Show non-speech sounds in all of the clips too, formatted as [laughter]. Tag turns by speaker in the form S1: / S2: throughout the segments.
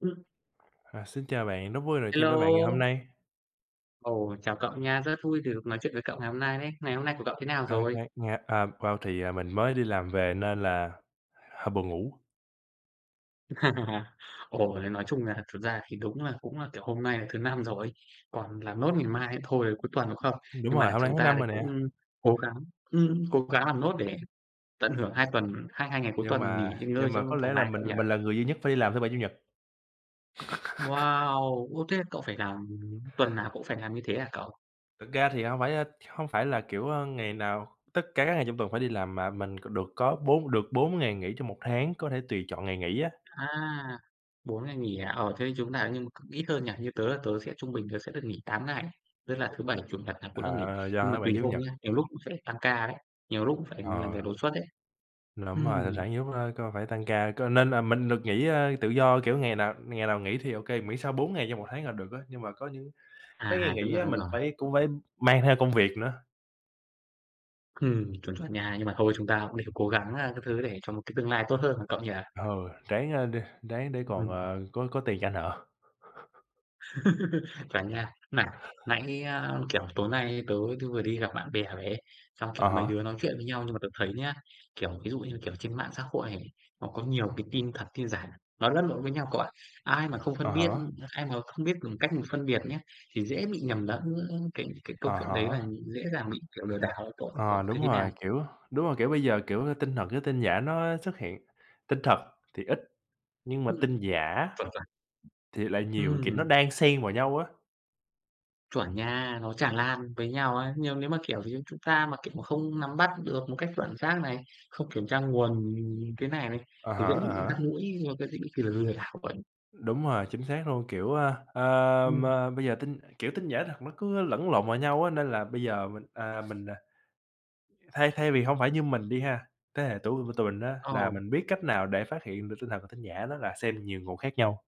S1: Ừm,
S2: À, xin chào bạn, rất vui nói chuyện với bạn ngày hôm
S1: hello.
S2: nay.
S1: Ồ, chào cậu nha, rất vui được nói chuyện với cậu ngày hôm nay đấy. Ngày hôm nay của cậu thế nào
S2: À,
S1: rồi?
S2: ngày ngày à, wow, thì, à, mình mới đi làm về nên là hơi buồn ngủ.
S1: [laughs] Ồ, thế nói chung là thực ra thì đúng là cũng là, kiểu, hôm nay là thứ Năm rồi, còn làm nốt ngày mai nữa thôi, là cuối tuần, đúng không?
S2: Đúng
S1: Nhưng
S2: rồi,
S1: mà
S2: hôm nay
S1: chúng
S2: thứ
S1: ta
S2: Năm
S1: thì
S2: rồi nè,
S1: cũng cố gắng cố gắng làm nốt để tận hưởng 2 tuần hai hai ngày cuối
S2: nhưng
S1: tuần
S2: mà
S1: nghỉ ngơi
S2: nhưng mà
S1: cho nó
S2: có
S1: thoải
S2: lẽ là
S1: mái
S2: mình
S1: cậu nhỉ?
S2: mình là người duy nhất phải đi làm thứ Bảy, Chủ nhật.
S1: Wow! Ô, thế cậu phải làm tuần nào cũng phải làm như thế à, cậu?
S2: Thực ra thì không phải, không phải là, kiểu, ngày nào tất cả các ngày trong tuần phải đi làm mà mình c được có bốn được 4 ngày nghỉ trong một tháng, có thể tùy chọn ngày nghỉ á,
S1: À, 4 ngày nghỉ à? Ờ, thế chúng ta nhưng mà cũng ít hơn nhỉ? Như tớ là tớ sẽ trung bình tớ sẽ được nghỉ 8 ngày, tức là thứ Bảy, Chủ nhật là cũng được nghỉ,
S2: à,
S1: nhưng
S2: do
S1: mà
S2: thứ Bảy,
S1: tùy
S2: Chủ
S1: hôm
S2: nhật.
S1: nhá, nhiều lúc cũng phải tăng ca đấy, nhiều lúc cũng phải làm
S2: Ờ.
S1: việc đột xuất đấy.
S2: Đúng rồi, thỉnh
S1: Ừm,
S2: thoảng nhiều lúc, coi phải tăng ca, coi nên là mình được nghỉ, tự do, kiểu, ngày nào nghỉ thì ô kê, miễn sao 4 ngày trong một tháng là được á, nhưng mà có những mấy ngày
S1: à, đúng
S2: nghỉ
S1: rồi,
S2: á
S1: đúng
S2: mình
S1: rồi.
S2: phải cũng phải mang theo công việc nữa.
S1: Chuẩn, chuẩn nha, nhưng mà thôi chúng ta cũng đều cố gắng, a, các thứ để cho một cái tương lai tốt hơn mà cậu nhỉ?
S2: Ừ, ráng, để ráng để còn,
S1: Ừm.
S2: có tiền trả nợ.
S1: [laughs] cả nhà Này, nãy, a, kiểu, tối nay tớ tớ vừa đi gặp bạn bè về ấy, xong, kiểu,
S2: À há,
S1: mấy đứa nói chuyện với nhau nhưng mà tớ thấy nhá, kiểu, ví dụ như, kiểu, trên mạng xã hội này, nó có nhiều cái tin thật tin giả, nó lẫn lộn với nhau các bạn. Ai mà không
S2: à
S1: phân biết
S2: há,
S1: ai mà không biết dùng cách mình phân biệt nhé thì dễ bị nhầm lẫn giữa cái
S2: à
S1: câu chuyện đấy và
S2: há.
S1: dễ dàng bị, kiểu, lừa đảo tổ tổ
S2: Ờ,
S1: thế
S2: đúng
S1: thế nào?
S2: rồi, kiểu, bây giờ, kiểu, tin thật với tin giả nó xuất hiện. Tin thật thì ít, nhưng mà
S1: Ừm,
S2: tin giả
S1: chuẩn, chuẩn.
S2: thì lại nhiều, kiểu, nó
S1: Ừm.
S2: đan xen vào nhau á.
S1: Chuẩn nha, nó tràn lan với nhau ấy. Nhưng nếu mà, kiểu, thì chúng ta mà, kiểu, mà không nắm bắt được một cách chuẩn xác này, không kiểm tra nguồn cái này này,
S2: À
S1: thì
S2: há,
S1: dễ bị
S2: à
S1: dắt
S2: há.
S1: mũi rồi cái dễ bị lừa lừa đảo ấy.
S2: Đúng rồi, chính xác luôn, kiểu,
S1: Ừm.
S2: mà bây giờ tin giả thật nó cứ lẫn lộn vào nhau á, nên là bây giờ mình, thay thay vì không phải như mình đi ha, thế hệ tuổi của tụi mình á,
S1: Ờ,
S2: là mình biết cách nào để phát hiện được tin thật và tin giả đó là xem nhiều nguồn khác nhau,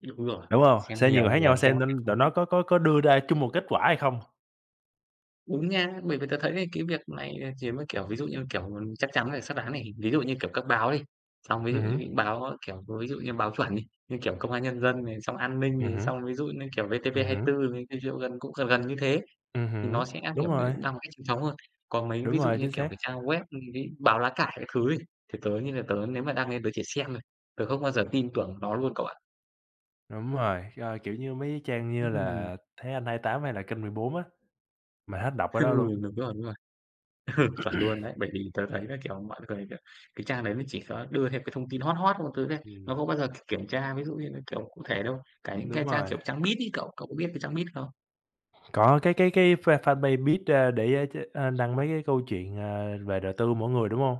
S1: đúng rồi,
S2: đúng không?
S1: xem
S2: Xem nhiều
S1: nhiều
S2: nguồn khác nhau
S1: nguồn xem
S2: xem nên tụi nó
S1: [unintelligible]
S2: có đưa ra chung một kết quả hay không.
S1: đúng nha, bởi vì tớ thấy là cái việc này thì mới, kiểu, ví dụ như, kiểu, chắc chắn phải xác đáng này. Ví dụ như, kiểu, các báo đi, xong ví dụ như
S2: Hứm,
S1: những báo, kiểu, ví dụ như báo chuẩn đi, như kiểu Công an Nhân dân này, xong An ninh này,
S2: hứm,
S1: xong ví dụ như, kiểu,
S2: hứm,
S1: VTV24 này, cái dụ gần cũng gần gần như thế. Thì nó
S2: hứm,
S1: sẽ, kiểu,
S2: đúng
S1: ví dụ
S2: rồi,
S1: đăng một cách chính thống hơn. Còn mấy
S2: đúng
S1: ví dụ
S2: rồi,
S1: như,
S2: chính
S1: kiểu,
S2: xác,
S1: cái trang web, cái báo lá cải các thứ ấy, thì tớ như là tớ nếu mà đăng lên tớ chỉ xem thôi, tớ không bao giờ tin tưởng nó luôn cậu ạ.
S2: đúng rồi, ờ, kiểu như, mấy cái trang như
S1: Ừm,
S2: là Thế Anh 28 hay là Kênh 14 á, mình hết đọc
S1: [laughs]
S2: ở
S1: ừ,
S2: đó luôn.
S1: đúng rồi, ừ, chuẩn luôn đấy. Bởi vì tớ thấy là, kiểu, mọi người, kiểu, cái trang đấy nó chỉ có đưa theo cái thông tin hot hot các thứ thôi, nó
S2: Ừm,
S1: không bao giờ kiểm tra ví dụ như là, kiểu, cụ thể đâu. Cả những
S2: đúng
S1: cái trang,
S2: rồi.
S1: kiểu, trang Beat ấy, cậu cậu có biết cái trang Beat không?
S2: Có, cái fa fanpage biết a, để, a, ch a, đăng mấy cái câu chuyện, à, về đời tư mỗi người, đúng hông?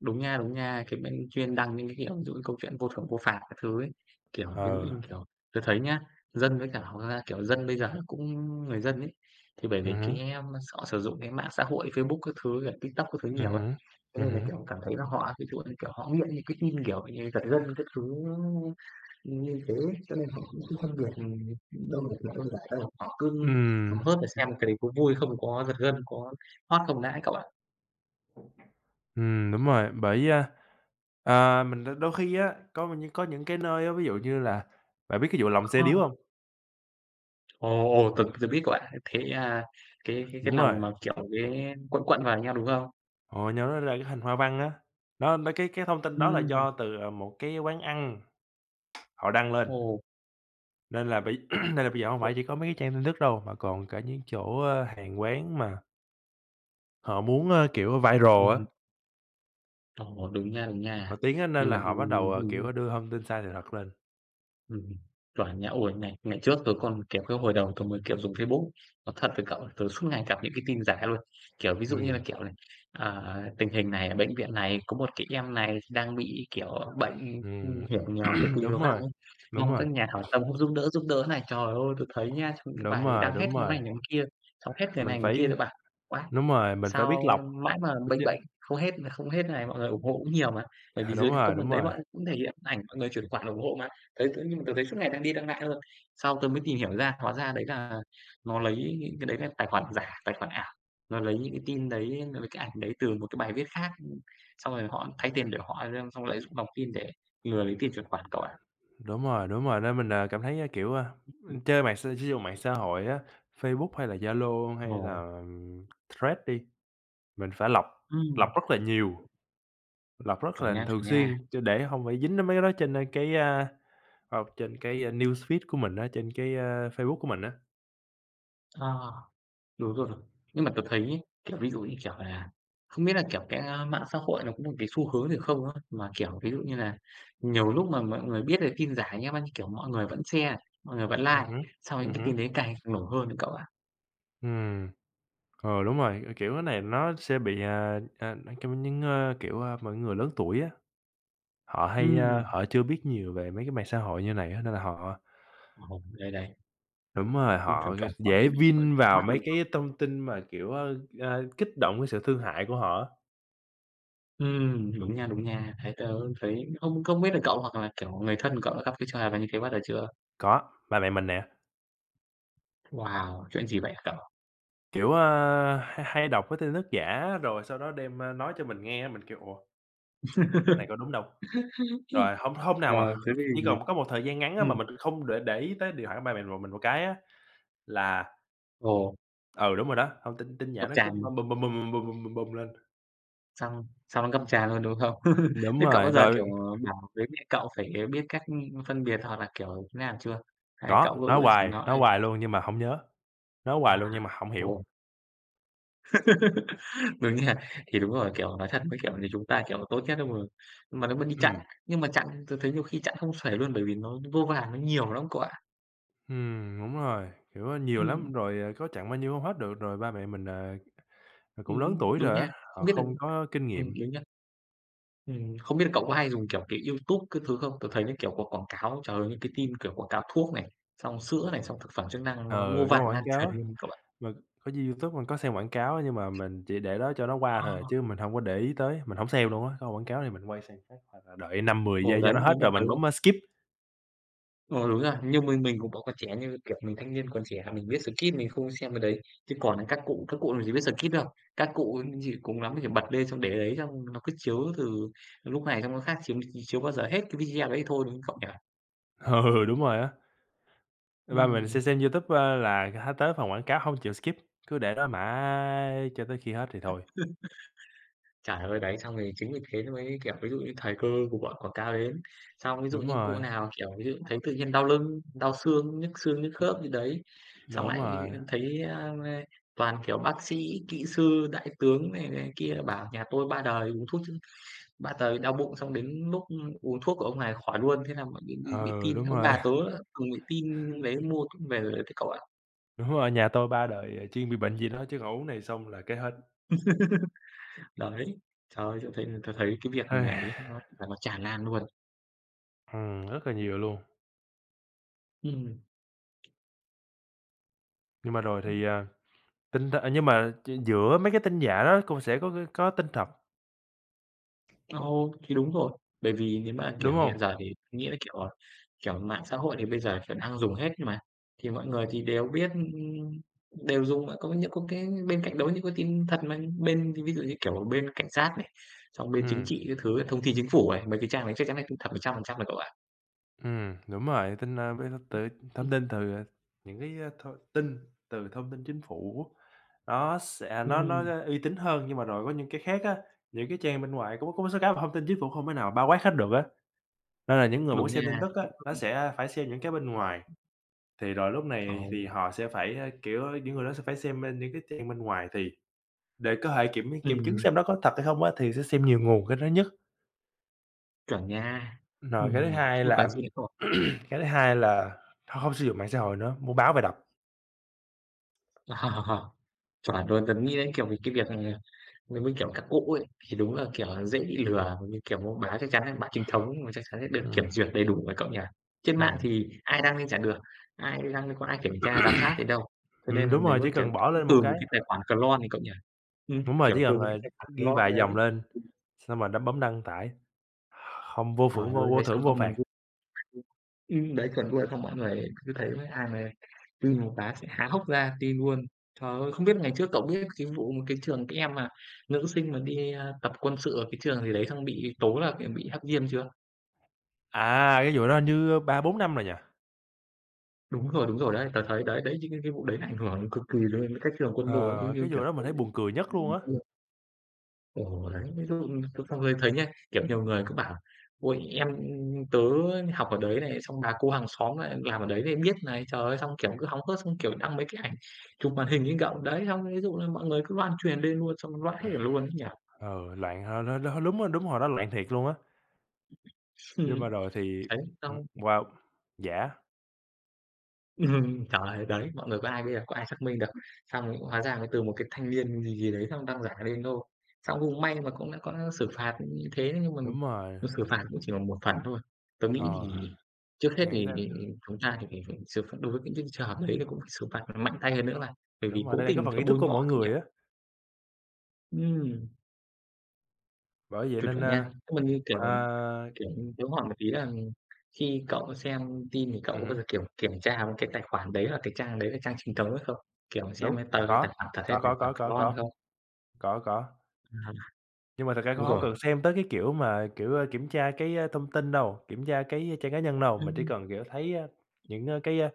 S1: Đúng nha, cái bên chuyên đăng những cái, kiểu, ví dụ như câu chuyện vô thưởng vô phạt các thứ ấy. Kiểu, ví dụ
S2: Ờ,
S1: như, kiểu, tớ thấy nhá, dân với cả hoặc là, kiểu, dân bây giờ cũng người dân ấy, thì bởi vì cái
S2: hứm,
S1: em họ sử dụng cái mạng xã hội Facebook các thứ, rồi TikTok các thứ nhiều ấy,
S2: hứm,
S1: cho nên là,
S2: hứm.
S1: kiểu, cảm thấy là họ ví dụ như, kiểu, họ nghiện những cái tin, kiểu như, giật gân các thứ như thế, cho nên họ cũng không phân biệt, đâu là thật, đâu là giả đâu. Họ cứ
S2: Ừm,
S1: hóng hớt để xem cái đấy có vui không, có giật gân, có hot không đã các bạn.
S2: đúng rồi, bởi, mình đ đôi khi á, có những cái nơi á, ví dụ như là bạn biết cái vụ lòng xe điếu hông?
S1: Ồ, ồ, tớ tớ biết của bạn Thế, à, cái
S2: Đúng rồi,
S1: lòng mà, kiểu, cái quặn quặn vào nhau, đúng không?
S2: hồi nhỏ nó ra cái hình hoa văn á, nó cái thông tin đó là
S1: Ừm,
S2: do từ, ờ, một cái quán ăn họ đăng lên,
S1: ồ,
S2: nên là bây [clears throat] nên là bây giờ hông
S1: ồ,
S2: phải chỉ có mấy cái trang tin tức đâu, mà còn cả những chỗ, hàng quán mà họ muốn, kiểu, viral á.
S1: ừm, ồ, đúng nha, đúng nha.
S2: Nổi tiếng á,
S1: Nhưng
S2: nên
S1: mà
S2: là họ bắt đầu, ờ, kiểu, đưa thông tin sai sự thật lên.
S1: ừm, chuẩn nha. Ôi, ngày ngày trước tớ còn, kiểu, cái hồi đầu tớ mới, kiểu, dùng Facebook, nói thật với cậu là tớ suốt ngày gặp những cái tin giả luôn. Kiểu, ví dụ như là,
S2: Ừm,
S1: kiểu này, à, tình hình này ở bệnh viện này, có một cái em này đang bị, kiểu, bệnh,
S2: ừm,
S1: hiểm nghèo cực
S2: [clears throat]
S1: kỳ khó
S2: đúng
S1: khăn
S2: rồi,
S1: ấy,
S2: đúng
S1: mong
S2: rồi,
S1: các nhà hảo tâm giúp đỡ này. Trời ơi, tớ thấy nhá, trong cái
S2: đúng
S1: bài đấy
S2: rồi,
S1: đăng hết
S2: đúng
S1: nhóm này
S2: rồi,
S1: nhóm kia, xong hết người
S2: mình
S1: này người
S2: phải
S1: kia tớ bảo: "Uầy,
S2: đúng rồi, mình phải biết
S1: sao
S2: lọc,
S1: mãi mà
S2: đúng
S1: bênh
S2: chứ.
S1: bênh, không hết là không hết này, mọi người ủng hộ cũng nhiều mà." Bởi vì
S2: [laughs] Đúng
S1: dưới cái
S2: rồi, đúng
S1: comment đấy
S2: rồi,
S1: mọi cũng thể hiện ảnh mọi người chuyển khoản ủng hộ mà. Thấy tự nhiên tớ thấy suốt ngày đang đi đang lại thôi. Sau tớ mới tìm hiểu ra, hóa ra đấy là nó lấy những cái đấy là tài khoản giả, tài khoản ảo, nó lấy những cái tin đấy, nó lấy cái ảnh đấy từ một cái bài viết khác, xong rồi họ thay tiền để họ lên xong lợi dụng lòng tin để lừa lấy tiền chuyển khoản cậu ạ.
S2: đúng rồi, đúng rồi, nên mình, cảm thấy, ờ, kiểu, chơi mạng s sử dụng mạng xã hội á, Facebook hay là Zalo hay
S1: Ồ.
S2: là Threads đi, mình phải lọc lọc
S1: Ừm,
S2: rất là nhiều, lọc rất
S1: chuẩn
S2: là
S1: nha,
S2: thường
S1: chuẩn nha.
S2: xuyên cho để hông phải dính đến mấy cái đó trên, a, cái, a, ờ, trên cái, newsfeed của mình á, trên cái, Facebook của mình á.
S1: Ờ. Đúng rồi. Nhưng mà tớ thấy ấy, kiểu, ví dụ như, kiểu là, không biết là, kiểu, cái, a, mạng xã hội nó có một cái xu hướng gì không á? Mà, kiểu, ví dụ như là nhiều lúc mà mọi người biết về tin giả nhá, bao nhiêu kiểu, mọi người vẫn share, mọi người vẫn like,
S2: Hứm,
S1: xong những cái
S2: hứm,
S1: tin đấy càng nổ hơn nữa cậu ạ.
S2: ừm, ờ, đúng rồi, ờ, kiểu, cái này nó sẽ bị, cho những, kiểu, mọi người lớn tuổi á, họ hay,
S1: Ừm,
S2: họ chưa biết nhiều về mấy cái mạng xã hội như này á, nên là họ
S1: ồ, đấy, đấy,
S2: đúng rồi,
S1: chuẩn,
S2: họ g
S1: chuẩn, họ sẽ
S2: dễ
S1: bị [unintelligible]
S2: vin vào
S1: mắt
S2: mấy
S1: đúng.
S2: cái thông tin mà, kiểu, kích động cái sự thương hại của họ á.
S1: Đúng nha, đúng nha. Đấy, tớ thấy không không biết là cậu hoặc là, kiểu, người thân của cậu đã gặp cái trò hợp là như thế bao giờ chưa?
S2: Có, ba mẹ mình nè,
S1: Wow, chuyện gì vậy hả cậu?
S2: kiểu, a, hay hay đọc cái tin tức giả rồi sau đó đem, nói cho mình nghe á, mình kêu: "Ủa, cái này có đúng đâu?"
S1: [laughs]
S2: Rồi hôm hôm nào mà
S1: Ờ, thế
S2: chỉ
S1: thì
S2: còn có một thời gian ngắn á mà
S1: ừm,
S2: mình không để ý tới điện thoại của ba mẹ một mình một cái á. Là
S1: ồ,
S2: ừ, đúng rồi đó, thông tin tin
S1: ngập
S2: nhắn nó cứ
S1: tràn.
S2: bum, bum, bum, bum, bum, bum, bum, bum, bum lên.
S1: Xong xong nó ngâm trà luôn, đúng không? [laughs]
S2: Đúng
S1: Thế cậu
S2: rồi,
S1: bao giờ, kiểu,
S2: rồi
S1: bảo với mẹ cậu phải biết cách, phân biệt hoặc là, kiểu, thế nào chưa? Hay cậu
S2: có,
S1: cứ chỉ
S2: nói
S1: nói:
S2: hoài luôn nhưng mà hổng nhớ, nói hoài
S1: "Wow,
S2: luôn nhưng mà hổng hiểu.
S1: ồ." [laughs] Đúng nha, thì đúng rồi, kiểu, nói thật với, kiểu, thì chúng ta, kiểu, tốt nhất đâu mà nó vẫn đi chặn,
S2: Ừm,
S1: nhưng mà chặn tôi thấy nhiều khi chặn không xuể luôn bởi vì nó vô vàn, nó nhiều lắm cậu ạ.
S2: đúng rồi, kiểu, nhiều
S1: Ừm,
S2: lắm, rồi, ờ, có chặn bao nhiêu hông hết được, rồi ba mẹ mình, cũng lớn tuổi
S1: đúng
S2: rồi
S1: nha,
S2: á,
S1: không
S2: họ
S1: biết được
S2: không có kinh nghiệm.
S1: đúng nha. Không biết là cậu có hay dùng, kiểu, cái YouTube các thứ không? Tớ thấy những, kiểu, có quảng cáo, trời ơi, những cái tin, kiểu, quảng cáo thuốc này, xong sữa này, xong thực phẩm chức năng nó vô
S2: Ờ,
S1: vàn
S2: có quảng
S1: lan truyền
S2: cáo á,
S1: luôn cậu ạ.
S2: mà có duy YouTube mình có xem quảng cáo á, nhưng mà mình chỉ để đó cho nó qua
S1: Ờ,
S2: thôi à, chứ mình hông có để ý tới, mình hổng xem luôn á, có quảng cáo thì mình quay sang khác hoặc là đợi 5 10
S1: ừ,
S2: giây
S1: đấy,
S2: cho nó hết
S1: nhưng mà
S2: rồi
S1: tớ
S2: mình bấm, skip.
S1: ờ, đúng rồi, nhưng mình cũng vẫn còn trẻ như, kiểu, mình thanh niên còn trẻ, mình biết Skip mình không xem cái đấy, chứ còn là các cụ làm gì biết Skip đâu. Các cụ gì cùng lắm chỉ bật lên xong để đấy xong nó cứ chiếu từ lúc này xong nó khác, chiếu chiếu bao giờ hết cái video đấy thôi, đúng không cậu nhỉ?
S2: [laughs] Ừ, đúng rồi á. Ba mình sẽ
S1: Ừm.
S2: xem YouTube, ơ, là h tới phần quảng cáo hông chịu skip, cứ để đó mãi cho tới khi hết thì thôi.
S1: Trời ơi, đấy, xong thì chính vì thế mới, kiểu, ví dụ như thời cơ của bọn quảng cáo đến, xong ví dụ
S2: Đúng
S1: như cụ
S2: rồi,
S1: nào, kiểu, ví dụ thấy tự nhiên đau lưng, đau xương, nhức khớp gì đấy, xong
S2: đúng rồi,
S1: lại thấy, a, toàn, kiểu, bác sĩ, kỹ sư, đại tướng này này kia bảo nhà tôi 3 đời uống thuốc chứ, 3 đời đau bụng xong đến lúc uống thuốc của ông này khỏi luôn, thế là mọi người bị
S2: ừ,
S1: tin.
S2: đúng
S1: Ông
S2: rồi,
S1: bà tớ
S2: [laughs]
S1: từng bị tin đấy, mua thuốc về rồi thế cậu ạ.
S2: đúng rồi, nhà tôi ba đời, ờ, chuyên bị bệnh gì đó chứ còn uống này xong là cái hết.
S1: Đấy, trời ơi, tớ thấy tôi thấy cái việc này nó là nó tràn lan luôn.
S2: Rất là nhiều luôn.
S1: Ừm.
S2: Nhưng mà rồi thì, à, tin th ờ, nhưng mà giữa mấy cái tin giả đó cũng sẽ có tin thật,
S1: Ồ, thì đúng rồi. Bởi vì nếu mà,
S2: đúng
S1: kiểu,
S2: hông?
S1: hiện giờ thì nghĩa là, kiểu, ờ, kiểu, mạng xã hội thì bây giờ, kiểu, đang dùng hết mà, thì mọi người thì đều biết, đều dùng, có những có cái bên cạnh đó những cái tin thật mà, bên ví dụ như, kiểu, bên cảnh sát này, xong bên chính
S2: Ừm.
S1: trị các thứ, thông tin chính phủ này, mấy cái trang đấy chắc chắn là tin thật 100% rồi cậu ạ.
S2: Đúng rồi, tin, a, với từ thông tin từ, à, những cái, a, thông tin từ thông tin chính phủ nó sẽ
S1: Ừm,
S2: uy tín hơn, nhưng mà rồi có những cái khác á, những cái trang bên ngoài có một số cái mà thông tin chính phủ không thể nào bao quát hết được á, nên là những người muốn
S1: đúng
S2: xem tin
S1: nha.
S2: tức á, nó
S1: [unintelligible]
S2: sẽ phải xem những cái bên ngoài, thì rồi lúc này
S1: Ồ,
S2: thì họ sẽ phải, những người đó sẽ phải xem, những cái trang bên ngoài thì để có thể kiểm kiểm chứng
S1: ừm,
S2: xem nó có thật hay không á, thì sẽ xem nhiều nguồn cái đó nhất.
S1: chuẩn nha.
S2: Rồi cái thứ
S1: Không
S2: hai
S1: có cái
S2: là
S1: gì đâu.
S2: [clears throat] cái thứ hai là thôi không sử dụng mạng xã hội nữa, mua báo về đọc.
S1: Ờ, [laughs] Chuẩn luôn, tớ nghĩ đến, kiểu, vì cái việc, nếu mà, kiểu, các cụ ấy, thì đúng là, kiểu, dễ bị lừa, như kiểu mua báo chắc chắn là báo chính thống mà chắc chắn sẽ được kiểm
S2: Ừm,
S1: duyệt đầy đủ rồi cậu nhỉ? Trên mạng
S2: ừm,
S1: thì ai đăng lên chả được, ai đăng lên có ai kiểm tra giám sát đến đâu. Cho nên là
S2: đúng
S1: nếu
S2: rồi,
S1: mà,
S2: chỉ
S1: kiểu,
S2: cần bỏ
S1: cũng
S2: lên một
S1: từ một
S2: cái
S1: cái tài khoản clone thì cậu nhỉ?
S2: đúng rồi, chỉ
S1: Kiểu, từ
S2: cần,
S1: một cái
S2: ờ,
S1: tài khoản
S2: ghi vài
S1: clone đấy,
S2: dòng lên, xong rồi bấm đăng tải, không vô
S1: trời
S2: phưởng vô
S1: ơi, thấy
S2: vô thưởng
S1: xong
S2: vô
S1: comment
S2: phạt.
S1: vui. Ừm, đấy, chuẩn luôn, xong mọi người cứ thấy mấy ai mà tin một cái sẽ há hốc ra tin luôn. Trời ơi, không biết ngày trước cậu biết cái vụ một cái trường các em mà nữ sinh mà đi, tập quân sự ở cái trường gì đấy xong bị tố là, kiểu, bị hack diêm chưa?
S2: À, cái vụ đó hình như 3 4 năm rồi nhỉ?
S1: Đúng rồi đấy. Tớ thấy đấy, đấy chính cái vụ đấy nó ảnh hưởng cực kỳ lên cái cách trường quân đội ấy, cũng
S2: Ờ,
S1: như,
S2: cái
S1: kiểu,
S2: vụ đó mình
S1: cái
S2: thấy buồn cười nhất
S1: [laughs] [unintelligible]
S2: luôn
S1: ừm,
S2: á.
S1: ừ, đấy, ví dụ tớ xong rồi thấy nhá, kiểu, nhiều người cứ bảo: "Ôi, em tớ học ở đấy này, xong bà cô hàng xóm lại làm ở đấy nên biết này." Trời ơi, xong, kiểu, cứ hóng hớt, xong, kiểu, đăng mấy cái ảnh chụp màn hình lên cộng đấy, xong ví dụ là mọi người cứ loan truyền lên luôn, xong loãng hết cả luôn ấy nhỉ?
S2: Ờ, loạn h l l đúng rồi đúng hồi đó loạn thiệt luôn á,
S1: [laughs]
S2: nhưng
S1: Ừm,
S2: mà rồi thì,
S1: đấy, xong
S2: wow, giả,
S1: ừm, trời ơi, đấy, mọi người có ai bây giờ có ai xác minh được. Xong hóa ra là từ một cái thanh niên gì gì đấy xong đăng giả lên thôi. Xong cũng may mà cũng đã có xử phạt như thế nhưng mà
S2: đúng rồi,
S1: xử phạt cũng chỉ là một phần thôi. Tớ nghĩ
S2: ờ,
S1: thì trước hết
S2: nghĩ
S1: thì
S2: là
S1: chúng ta thì phải phải xử phạt đối với những cái trường hợp đấy thì cũng phải xử phạt mạnh tay hơn nữa mà, bởi vì
S2: đúng rồi,
S1: cố
S2: đây là cái
S1: tình,
S2: phần
S1: kiểu,
S2: ý thức
S1: bôi
S2: của
S1: nhọ
S2: mỗi
S1: không nhỉ?
S2: người á,
S1: Ừm,
S2: bởi vậy
S1: chuẩn,
S2: nên,
S1: chuẩn nha.
S2: a
S1: Nhưng mà như, kiểu,
S2: à
S1: kiểu, như tớ hỏi một tí là khi cậu xem tin thì cậu có bao
S2: hứm,
S1: giờ, kiểu, kiểm tra không? Cái tài khoản đấy là cái trang đấy là trang chính thống hay không? Kiểu, xem
S2: đúng,
S1: cái tờ cái tài
S2: có,
S1: khoản thật hay
S2: có,
S1: tài
S2: có,
S1: khoản
S2: có, có,
S1: con
S2: có,
S1: không?
S2: có, có.
S1: À,
S2: Nhưng mà thật ra cũng
S1: đúng
S2: hông
S1: rồi.
S2: cần xem tới cái kiểu mà, kiểu, kiểm tra cái, thông tin đâu, kiểm tra cái ờ, trang cá nhân đâu, mình chỉ
S1: Ừm.
S2: cần, kiểu, thấy, những,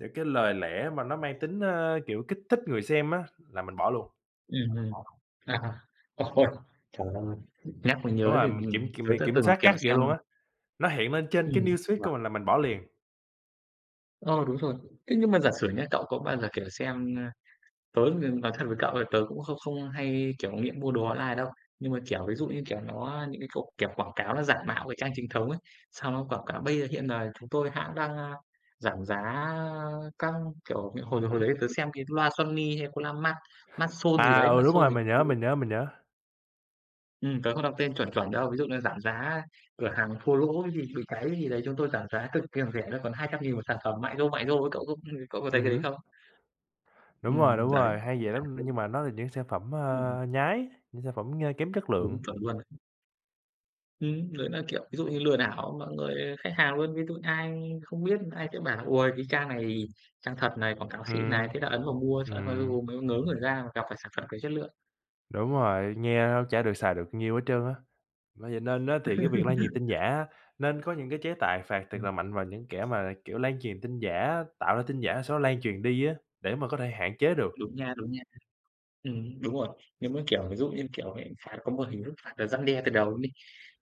S2: những cái lời lẽ mà nó mang tính, kiểu, kích thích người xem á là mình bỏ luôn.
S1: Ừm, ừm. À, ôi, trời ơi, nhắc mới
S2: Đúng
S1: nhớ
S2: rồi,
S1: thì mình tớ
S2: mình
S1: đã
S2: kiểm
S1: từng,
S2: soát
S1: kiểu,
S2: gắt vậy
S1: xem
S2: luôn á, nó hiện lên trên cái newsfeed
S1: vâng.
S2: của mình là mình bỏ liền.
S1: Ờ, đúng rồi. Thế nhưng mà giả sử nhá, cậu có bao giờ, kiểu, xem tớ thì nói thật với cậu là tớ cũng không không hay, kiểu, nghiện mua đồ online đâu, nhưng mà, kiểu, ví dụ như, kiểu, nó những cái cục kiểu quảng cáo nó giả mạo cái trang chính thống ấy, sao nó quảng cáo bây giờ hiện là chúng tôi hãng đang, giảm giá các kiểu, hồi hồi
S2: Hứm.
S1: đấy tớ xem cái loa Sony hay có loa mát mát son gì
S2: À,
S1: đấy,
S2: ừ,
S1: mát
S2: đúng
S1: son
S2: rồi,
S1: thì
S2: mình nhớ, mình nhớ, mình nhớ.
S1: tớ không đọc tên chuẩn chuẩn đâu, ví dụ như giảm giá cửa hàng thua lỗ gì bị cháy gì đấy, chúng tôi giảm giá cực kỳ rẻ nó còn 200.000 một sản phẩm mại dô ấy, cậu có thấy cái đấy
S2: Hứm,
S1: không?
S2: đúng
S1: Đấy.
S2: rồi, hay vậy lắm, nhưng mà nó là những sản phẩm,
S1: Ừm,
S2: nhái, những sản phẩm, kém chất
S1: đúng
S2: lượng.
S1: chuẩn luôn. Đấy là, kiểu, ví dụ như lừa đảo mọi người khách hàng luôn, ví dụ ai không biết ai sẽ bảo là: "Ôi, cái trang này trang thật này, quảng cáo xịn này."
S2: Ừm,
S1: Thế là ấn vào mua, sợ thôi
S2: ừm,
S1: cuối mới ngớ người ra mà gặp phải sản phẩm kém chất lượng.
S2: đúng rồi, nghe nó chả được xài được nhiêu hết trơn á. Bởi vậy nên á thì cái việc lan truyền tin giả á, nên có những cái chế tài phạt thật là
S1: Ừm,
S2: mạnh vào những kẻ mà, kiểu, lan truyền tin giả, tạo ra tin giả sau đó lan truyền đi á, để mà có thể hạn chế được.
S1: đúng nha, đúng nha. Đúng rồi. Nếu mà, kiểu, ví dụ như, kiểu, mình phạt có một hình thức phạt là răn đe từ đầu đi,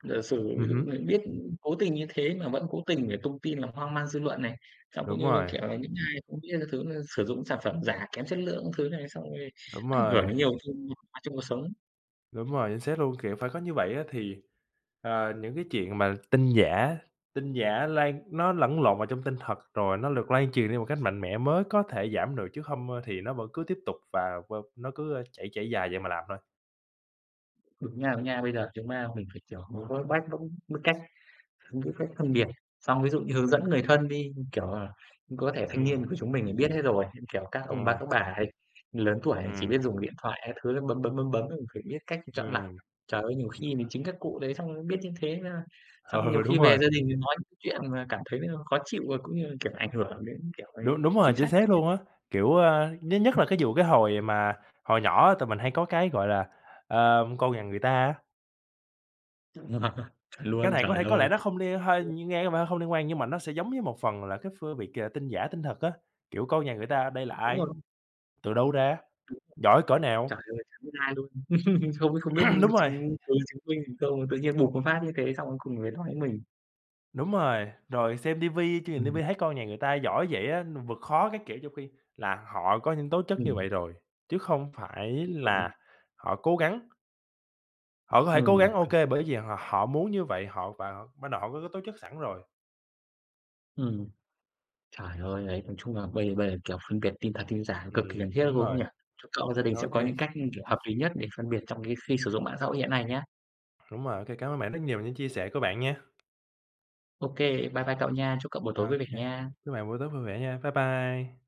S1: giả sử ví dụ
S2: Hứm,
S1: người biết cố tình như thế mà vẫn cố tình để tung tin làm hoang mang dư luận này, xong cũng
S2: đúng
S1: như, là
S2: rồi,
S1: kiểu là, những ai không biết cái thứ là sử dụng sản phẩm giả kém chất lượng thứ này, xong rồi
S2: đúng
S1: ảnh hưởng
S2: rồi,
S1: đến nhiều chung trong cuộc sống.
S2: đúng rồi, chính xác luôn, kiểu, phải có như vậy á thì, ờ, những cái chuyện mà tin giả lan nó lẫn lộn vào trong tin thật rồi nó được lan truyền đi một cách mạnh mẽ mới có thể giảm được, chứ không, thì nó vẫn cứ tiếp tục và nó cứ, chạy chạy dài vậy mà làm thôi.
S1: Đúng nha, đúng nha. Bây giờ chúng ta mình phải, kiểu, mới có bách cũng biết cách những cách phân biệt. Xong ví dụ như hướng dẫn người thân đi, kiểu là, có thể thanh
S2: Ừm,
S1: niên của chúng mình thì biết hết rồi, nhưng, kiểu, các ông bà,
S2: ừm,
S1: các bà ấy lớn tuổi thì chỉ
S2: ừm,
S1: biết dùng điện thoại các thứ, bấm, bấm, bấm, bấm, mình phải biết cách chọn lọc.
S2: ừm.
S1: Trời ơi, nhiều khi mình chính các cụ đấy xong biết như thế là xong nhiều
S2: Ừ, đúng
S1: khi về
S2: rồi,
S1: gia đình thì nói những chuyện mà cảm thấy là khó chịu và cũng như là, kiểu, ảnh hưởng đến, kiểu, cái
S2: đúng đúng rồi,
S1: chính
S2: chính
S1: sách.
S2: xác luôn á. Kiểu, a, nhất nhất là cái vụ cái hồi mà hồi nhỏ á, tụi mình hay có cái, gọi là, ờ, "Con nhà người ta" á,
S1: [laughs] Chuẩn
S2: cái
S1: luôn,
S2: này có
S1: trời
S2: thể có
S1: ơi!
S2: lẽ nó không liên hơi nghe có vẻ hơi không liên quan nhưng mà nó sẽ giống với một phần là cái phương việc, à, tin giả tin thật á, kiểu, con nhà người ta đây là
S1: Đúng
S2: ai,
S1: rồi.
S2: từ đâu ra, giỏi cỡ nào.
S1: Trời ơi, chẳng biết ai luôn. [laughs] Không không biết
S2: [clears throat] Đúng rồi.
S1: chứng cứ chứng minh gì không, tự nhiên bụp một phát như thế xong cuối cùng lại nói mình.
S2: Đúng rồi, rồi xem ti vi, chương trình ti
S1: Ừm,
S2: vi thấy con nhà người ta giỏi vậy á, vượt khó các kiểu, trong khi là họ có những tố chất như
S1: ừm,
S2: vậy rồi, chứ không phải
S1: đúng rồi.
S2: là họ cố gắng. Họ có thể cố gắng, ok
S1: Chuẩn rồi.
S2: bởi vì họ họ muốn như vậy, họ ban đầu họ có cái tố chất sẵn rồi.
S1: Ừm, trời ơi, đấy, nói chung là bây bây giờ, kiểu, phân biệt tin thật tin giả cực kỳ cần thiết,
S2: Đúng
S1: luôn không
S2: rồi,
S1: nhỉ? Chúc cậu và gia đình sẽ
S2: ok
S1: có những cách, kiểu, hợp lý nhất để phân biệt trong cái khi sử dụng mạng xã hội hiện nay nhé.
S2: đúng rồi, ô cảm ơn bạn rất nhiều về những chia sẻ của bạn nha.
S1: Ok, bye bye cậu nha, chúc cậu buổi tối vui
S2: Ok
S1: vẻ
S2: kê,
S1: nha.
S2: chúc bạn buổi tối vui vẻ nha. Bye bye.